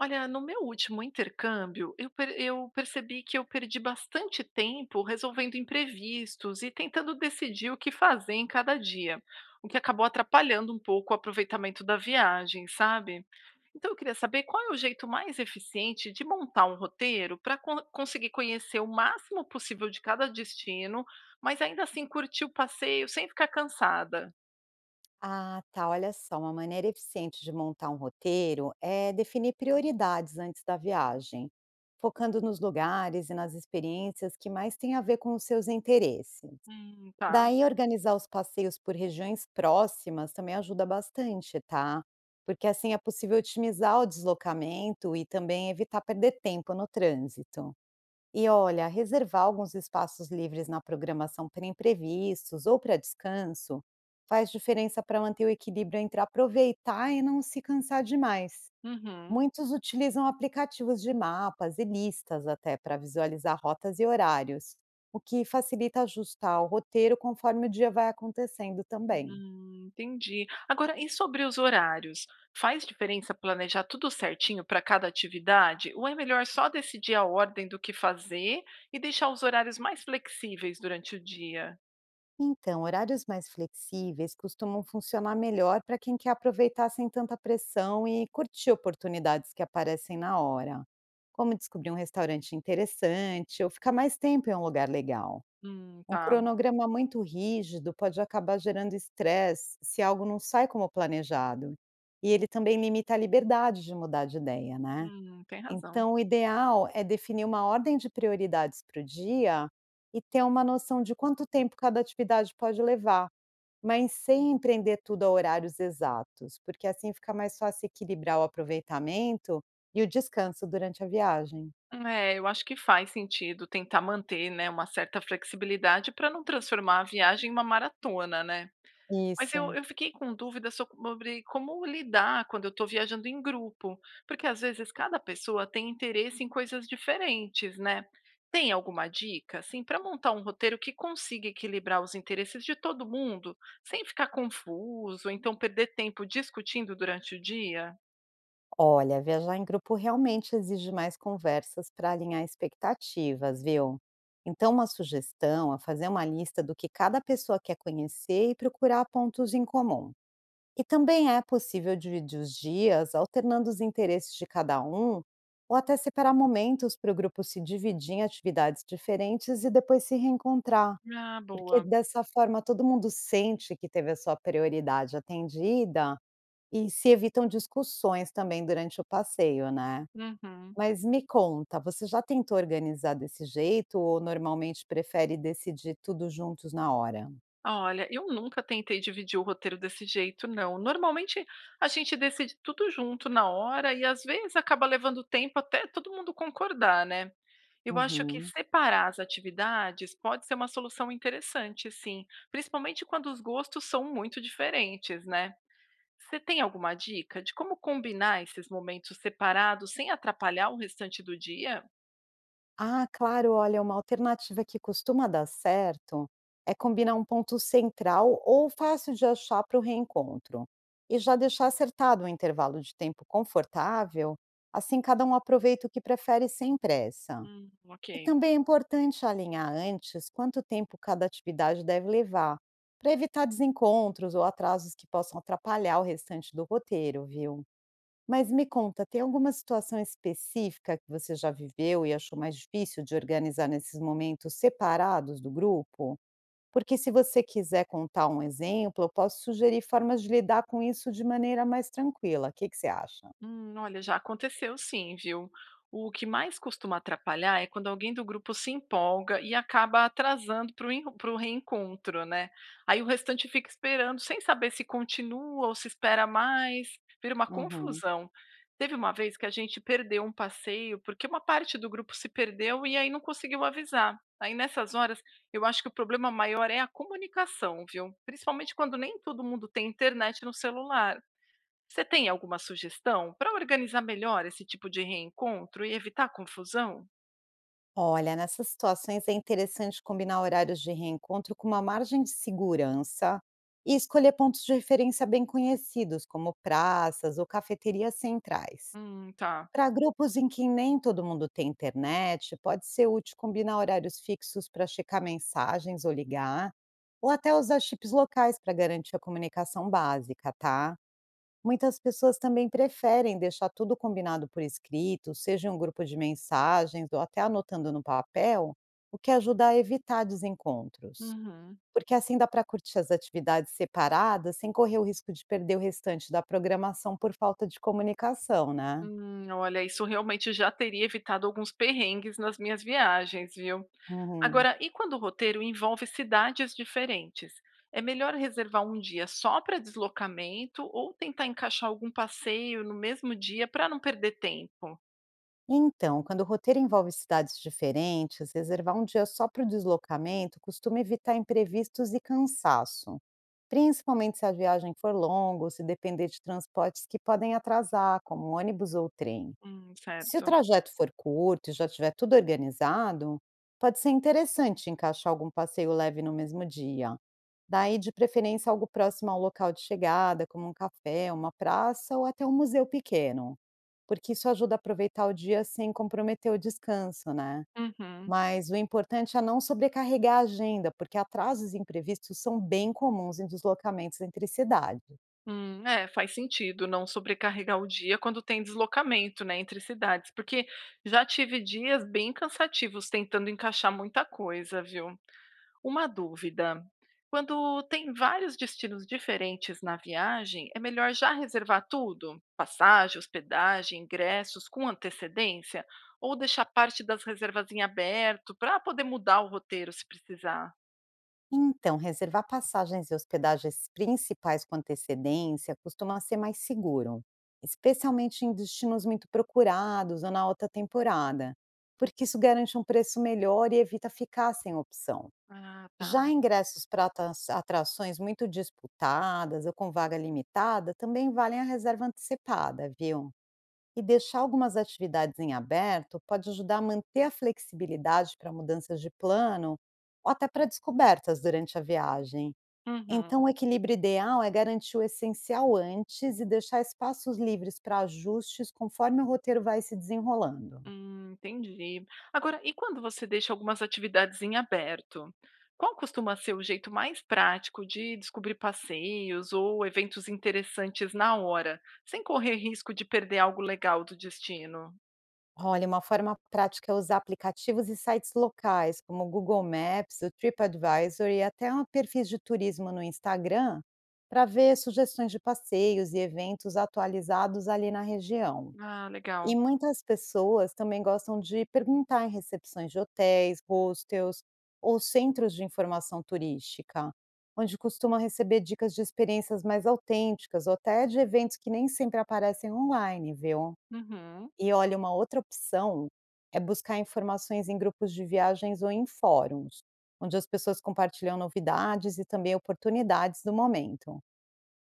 Olha, no meu último intercâmbio, eu, eu percebi que eu perdi bastante tempo resolvendo imprevistos e tentando decidir o que fazer em cada dia, o que acabou atrapalhando um pouco o aproveitamento da viagem, sabe? Então eu queria saber qual é o jeito mais eficiente de montar um roteiro para conseguir conhecer o máximo possível de cada destino, mas ainda assim curtir o passeio sem ficar cansada. Ah, tá. Olha só, uma maneira eficiente de montar um roteiro é definir prioridades antes da viagem, focando nos lugares e nas experiências que mais têm a ver com os seus interesses. Tá. Daí, organizar os passeios por regiões próximas também ajuda bastante, tá? Porque assim é possível otimizar o deslocamento e também evitar perder tempo no trânsito. E olha, reservar alguns espaços livres na programação para imprevistos ou para descanso faz diferença para manter o equilíbrio entre aproveitar e não se cansar demais. Uhum. Muitos utilizam aplicativos de mapas e listas até para visualizar rotas e horários, o que facilita ajustar o roteiro conforme o dia vai acontecendo também. Entendi. Agora, e sobre os horários? Faz diferença planejar tudo certinho para cada atividade? Ou é melhor só decidir a ordem do que fazer e deixar os horários mais flexíveis durante o dia? Então, horários mais flexíveis costumam funcionar melhor para quem quer aproveitar sem tanta pressão e curtir oportunidades que aparecem na hora, como descobrir um restaurante interessante ou ficar mais tempo em um lugar legal. Um Tá. cronograma muito rígido pode acabar gerando estresse se algo não sai como planejado, e ele também limita a liberdade de mudar de ideia, né? Tem razão. Então, o ideal é definir uma ordem de prioridades para o dia e ter uma noção de quanto tempo cada atividade pode levar, mas sem empreender tudo a horários exatos, porque assim fica mais fácil equilibrar o aproveitamento e o descanso durante a viagem. É, eu acho que faz sentido tentar manter, né, uma certa flexibilidade para não transformar a viagem em uma maratona, né? Mas eu Isso. eu fiquei com dúvida sobre como lidar quando eu estou viajando em grupo, porque às vezes cada pessoa tem interesse em coisas diferentes, né. Tem alguma dica, assim, para montar um roteiro que consiga equilibrar os interesses de todo mundo, sem ficar confuso, ou então perder tempo discutindo durante o dia? Olha, viajar em grupo realmente exige mais conversas para alinhar expectativas, viu? Então, uma sugestão é fazer uma lista do que cada pessoa quer conhecer e procurar pontos em comum. E também é possível dividir os dias, alternando os interesses de cada um, ou até separar momentos para o grupo se dividir em atividades diferentes e depois se reencontrar, Ah, porque boa. dessa forma todo mundo sente que teve a sua prioridade atendida e se evitam discussões também durante o passeio, né. Uhum. Mas me conta, você já tentou organizar desse jeito ou normalmente prefere decidir tudo juntos na hora? Olha, eu nunca tentei dividir o roteiro desse jeito, não. Normalmente a gente decide tudo junto na hora e às vezes acaba levando tempo até todo mundo concordar, né? Eu acho que Uhum. separar as atividades pode ser uma solução interessante, sim, principalmente quando os gostos são muito diferentes, né? Você tem alguma dica de como combinar esses momentos separados sem atrapalhar o restante do dia? Ah, claro, olha, uma alternativa que costuma dar certo é combinar um ponto central ou fácil de achar para o reencontro e já deixar acertado um intervalo de tempo confortável, assim cada um aproveita o que prefere sem pressa. Ok. E também é importante alinhar antes quanto tempo cada atividade deve levar, para evitar desencontros ou atrasos que possam atrapalhar o restante do roteiro, viu? Mas me conta, tem alguma situação específica que você já viveu e achou mais difícil de organizar nesses momentos separados do grupo? Porque se você quiser contar um exemplo, eu posso sugerir formas de lidar com isso de maneira mais tranquila. O que que você acha? Olha, já aconteceu sim, viu? O que mais costuma atrapalhar é quando alguém do grupo se empolga e acaba atrasando para o reencontro, né? Aí o restante fica esperando, sem saber se continua ou se espera mais, vira uma Uhum. confusão. Teve uma vez que a gente perdeu um passeio porque uma parte do grupo se perdeu e aí não conseguiu avisar. Aí nessas horas, eu acho que o problema maior é a comunicação, viu? Principalmente quando nem todo mundo tem internet no celular. Você tem alguma sugestão para organizar melhor esse tipo de reencontro e evitar confusão? Olha, nessas situações é interessante combinar horários de reencontro com uma margem de segurança e escolher pontos de referência bem conhecidos, como praças ou cafeterias centrais. Tá. Para grupos em que nem todo mundo tem internet, pode ser útil combinar horários fixos para checar mensagens ou ligar, ou até usar chips locais para garantir a comunicação básica, tá? Muitas pessoas também preferem deixar tudo combinado por escrito, seja em um grupo de mensagens ou até anotando no papel, o que ajuda a evitar desencontros. Uhum. Porque assim dá para curtir as atividades separadas sem correr o risco de perder o restante da programação por falta de comunicação, né? Olha, isso realmente já teria evitado alguns perrengues nas minhas viagens, viu? Uhum. Agora, e quando o roteiro envolve cidades diferentes? É melhor reservar um dia só para deslocamento ou tentar encaixar algum passeio no mesmo dia para não perder tempo? Então, quando o roteiro envolve cidades diferentes, reservar um dia só para o deslocamento costuma evitar imprevistos e cansaço. Principalmente se a viagem for longa ou se depender de transportes que podem atrasar, como ônibus ou trem. Se o Certo. trajeto for curto e já tiver tudo organizado, pode ser interessante encaixar algum passeio leve no mesmo dia. Daí, de preferência, algo próximo ao local de chegada, como um café, uma praça ou até um museu pequeno, porque isso ajuda a aproveitar o dia sem comprometer o descanso, né? Uhum. Mas o importante é não sobrecarregar a agenda, porque atrasos imprevistos são bem comuns em deslocamentos entre cidades. É, faz sentido não sobrecarregar o dia quando tem deslocamento, né, entre cidades, porque já tive dias bem cansativos tentando encaixar muita coisa, viu? Uma dúvida. Quando tem vários destinos diferentes na viagem, é melhor já reservar tudo? Passagem, hospedagem, ingressos, com antecedência? Ou deixar parte das reservas em aberto para poder mudar o roteiro se precisar? Então, reservar passagens e hospedagens principais com antecedência costuma ser mais seguro, especialmente em destinos muito procurados ou na alta temporada, porque isso garante um preço melhor e evita ficar sem opção. Ah, tá. Já ingressos para atrações muito disputadas ou com vaga limitada também valem a reserva antecipada, viu? E deixar algumas atividades em aberto pode ajudar a manter a flexibilidade para mudanças de plano ou até para descobertas durante a viagem. Então, Uhum. o equilíbrio ideal é garantir o essencial antes e deixar espaços livres para ajustes conforme o roteiro vai se desenrolando. Entendi. Agora, e quando você deixa algumas atividades em aberto? Qual costuma ser o jeito mais prático de descobrir passeios ou eventos interessantes na hora, sem correr risco de perder algo legal do destino? Olha, uma forma prática é usar aplicativos e sites locais, como o Google Maps, o TripAdvisor e até um perfis de turismo no Instagram, para ver sugestões de passeios e eventos atualizados ali na região. Ah, E legal. muitas pessoas também gostam de perguntar em recepções de hotéis, hostels ou centros de informação turística, onde costumam receber dicas de experiências mais autênticas ou até de eventos que nem sempre aparecem online, viu? Uhum. E olha, uma outra opção é buscar informações em grupos de viagens ou em fóruns, onde as pessoas compartilham novidades e também oportunidades do momento.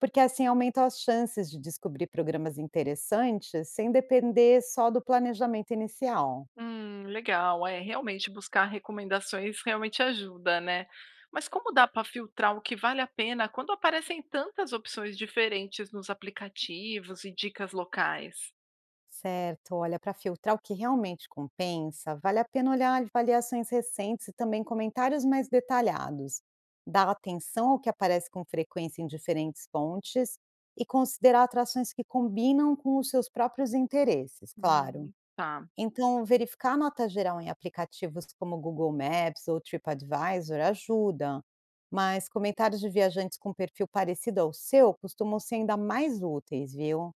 Porque assim aumentam as chances de descobrir programas interessantes sem depender só do planejamento inicial. Legal. É, realmente buscar recomendações realmente ajuda, né? Mas como dá para filtrar o que vale a pena quando aparecem tantas opções diferentes nos aplicativos e dicas locais? Certo, olha, para filtrar o que realmente compensa, vale a pena olhar avaliações recentes e também comentários mais detalhados. Dar atenção ao que aparece com frequência em diferentes fontes e considerar atrações que combinam com os seus próprios interesses, claro. Tá. Então, verificar a nota geral em aplicativos como Google Maps ou TripAdvisor ajuda, mas comentários de viajantes com perfil parecido ao seu costumam ser ainda mais úteis, viu?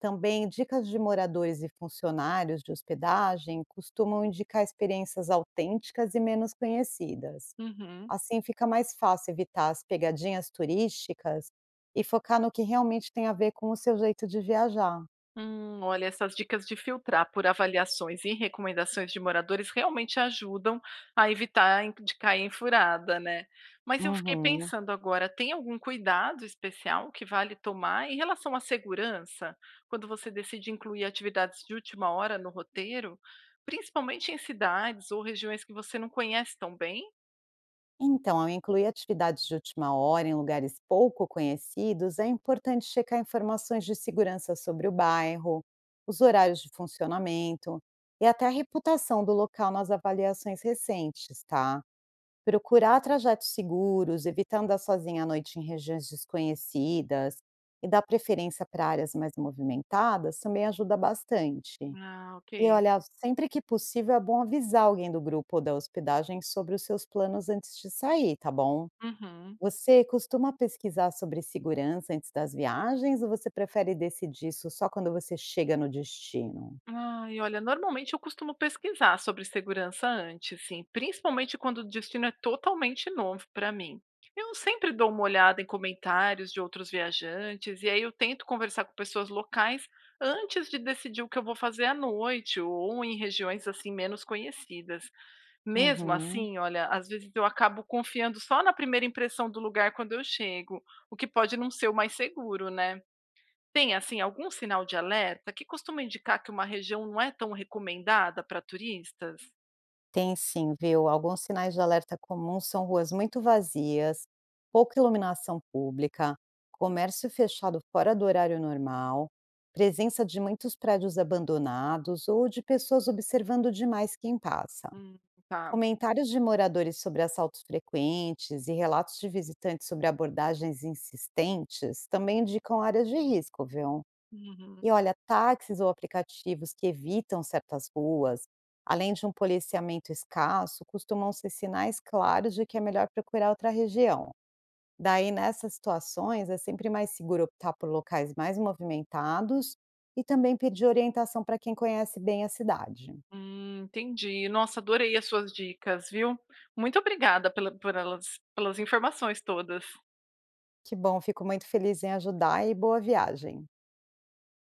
Também dicas de moradores e funcionários de hospedagem costumam indicar experiências autênticas e menos conhecidas. Uhum. Assim fica mais fácil evitar as pegadinhas turísticas e focar no que realmente tem a ver com o seu jeito de viajar. Olha, essas dicas de filtrar por avaliações e recomendações de moradores realmente ajudam a evitar de cair em furada, né? Mas eu fiquei Uhum. pensando agora, tem algum cuidado especial que vale tomar em relação à segurança, quando você decide incluir atividades de última hora no roteiro, principalmente em cidades ou regiões que você não conhece tão bem? Então, ao incluir atividades de última hora em lugares pouco conhecidos, é importante checar informações de segurança sobre o bairro, os horários de funcionamento e até a reputação do local nas avaliações recentes, tá? Procurar trajetos seguros, evitar andar sozinha à noite em regiões desconhecidas e dar preferência para áreas mais movimentadas também ajuda bastante. Ah, E ok. olha, sempre que possível é bom avisar alguém do grupo ou da hospedagem sobre os seus planos antes de sair, tá bom? Uhum. Você costuma pesquisar sobre segurança antes das viagens ou você prefere decidir isso só quando você chega no destino? Ai, olha, normalmente eu costumo pesquisar sobre segurança antes, sim, principalmente quando o destino é totalmente novo para mim. Eu sempre dou uma olhada em comentários de outros viajantes e aí eu tento conversar com pessoas locais antes de decidir o que eu vou fazer à noite ou em regiões assim menos conhecidas. Mesmo Uhum. assim, olha, às vezes eu acabo confiando só na primeira impressão do lugar quando eu chego, o que pode não ser o mais seguro, né? Tem, assim, algum sinal de alerta que costuma indicar que uma região não é tão recomendada para turistas? Tem sim, viu? Alguns sinais de alerta comuns são ruas muito vazias, pouca iluminação pública, comércio fechado fora do horário normal, presença de muitos prédios abandonados ou de pessoas observando demais quem passa. Hum, tá. Comentários de moradores sobre assaltos frequentes e relatos de visitantes sobre abordagens insistentes também indicam áreas de risco, viu? Uhum. E olha, táxis ou aplicativos que evitam certas ruas, além de um policiamento escasso, costumam ser sinais claros de que é melhor procurar outra região. Daí, nessas situações, é sempre mais seguro optar por locais mais movimentados e também pedir orientação para quem conhece bem a cidade. Entendi. Nossa, adorei as suas dicas, viu? Muito obrigada por elas, pelas informações todas. Que bom, fico muito feliz em ajudar e boa viagem.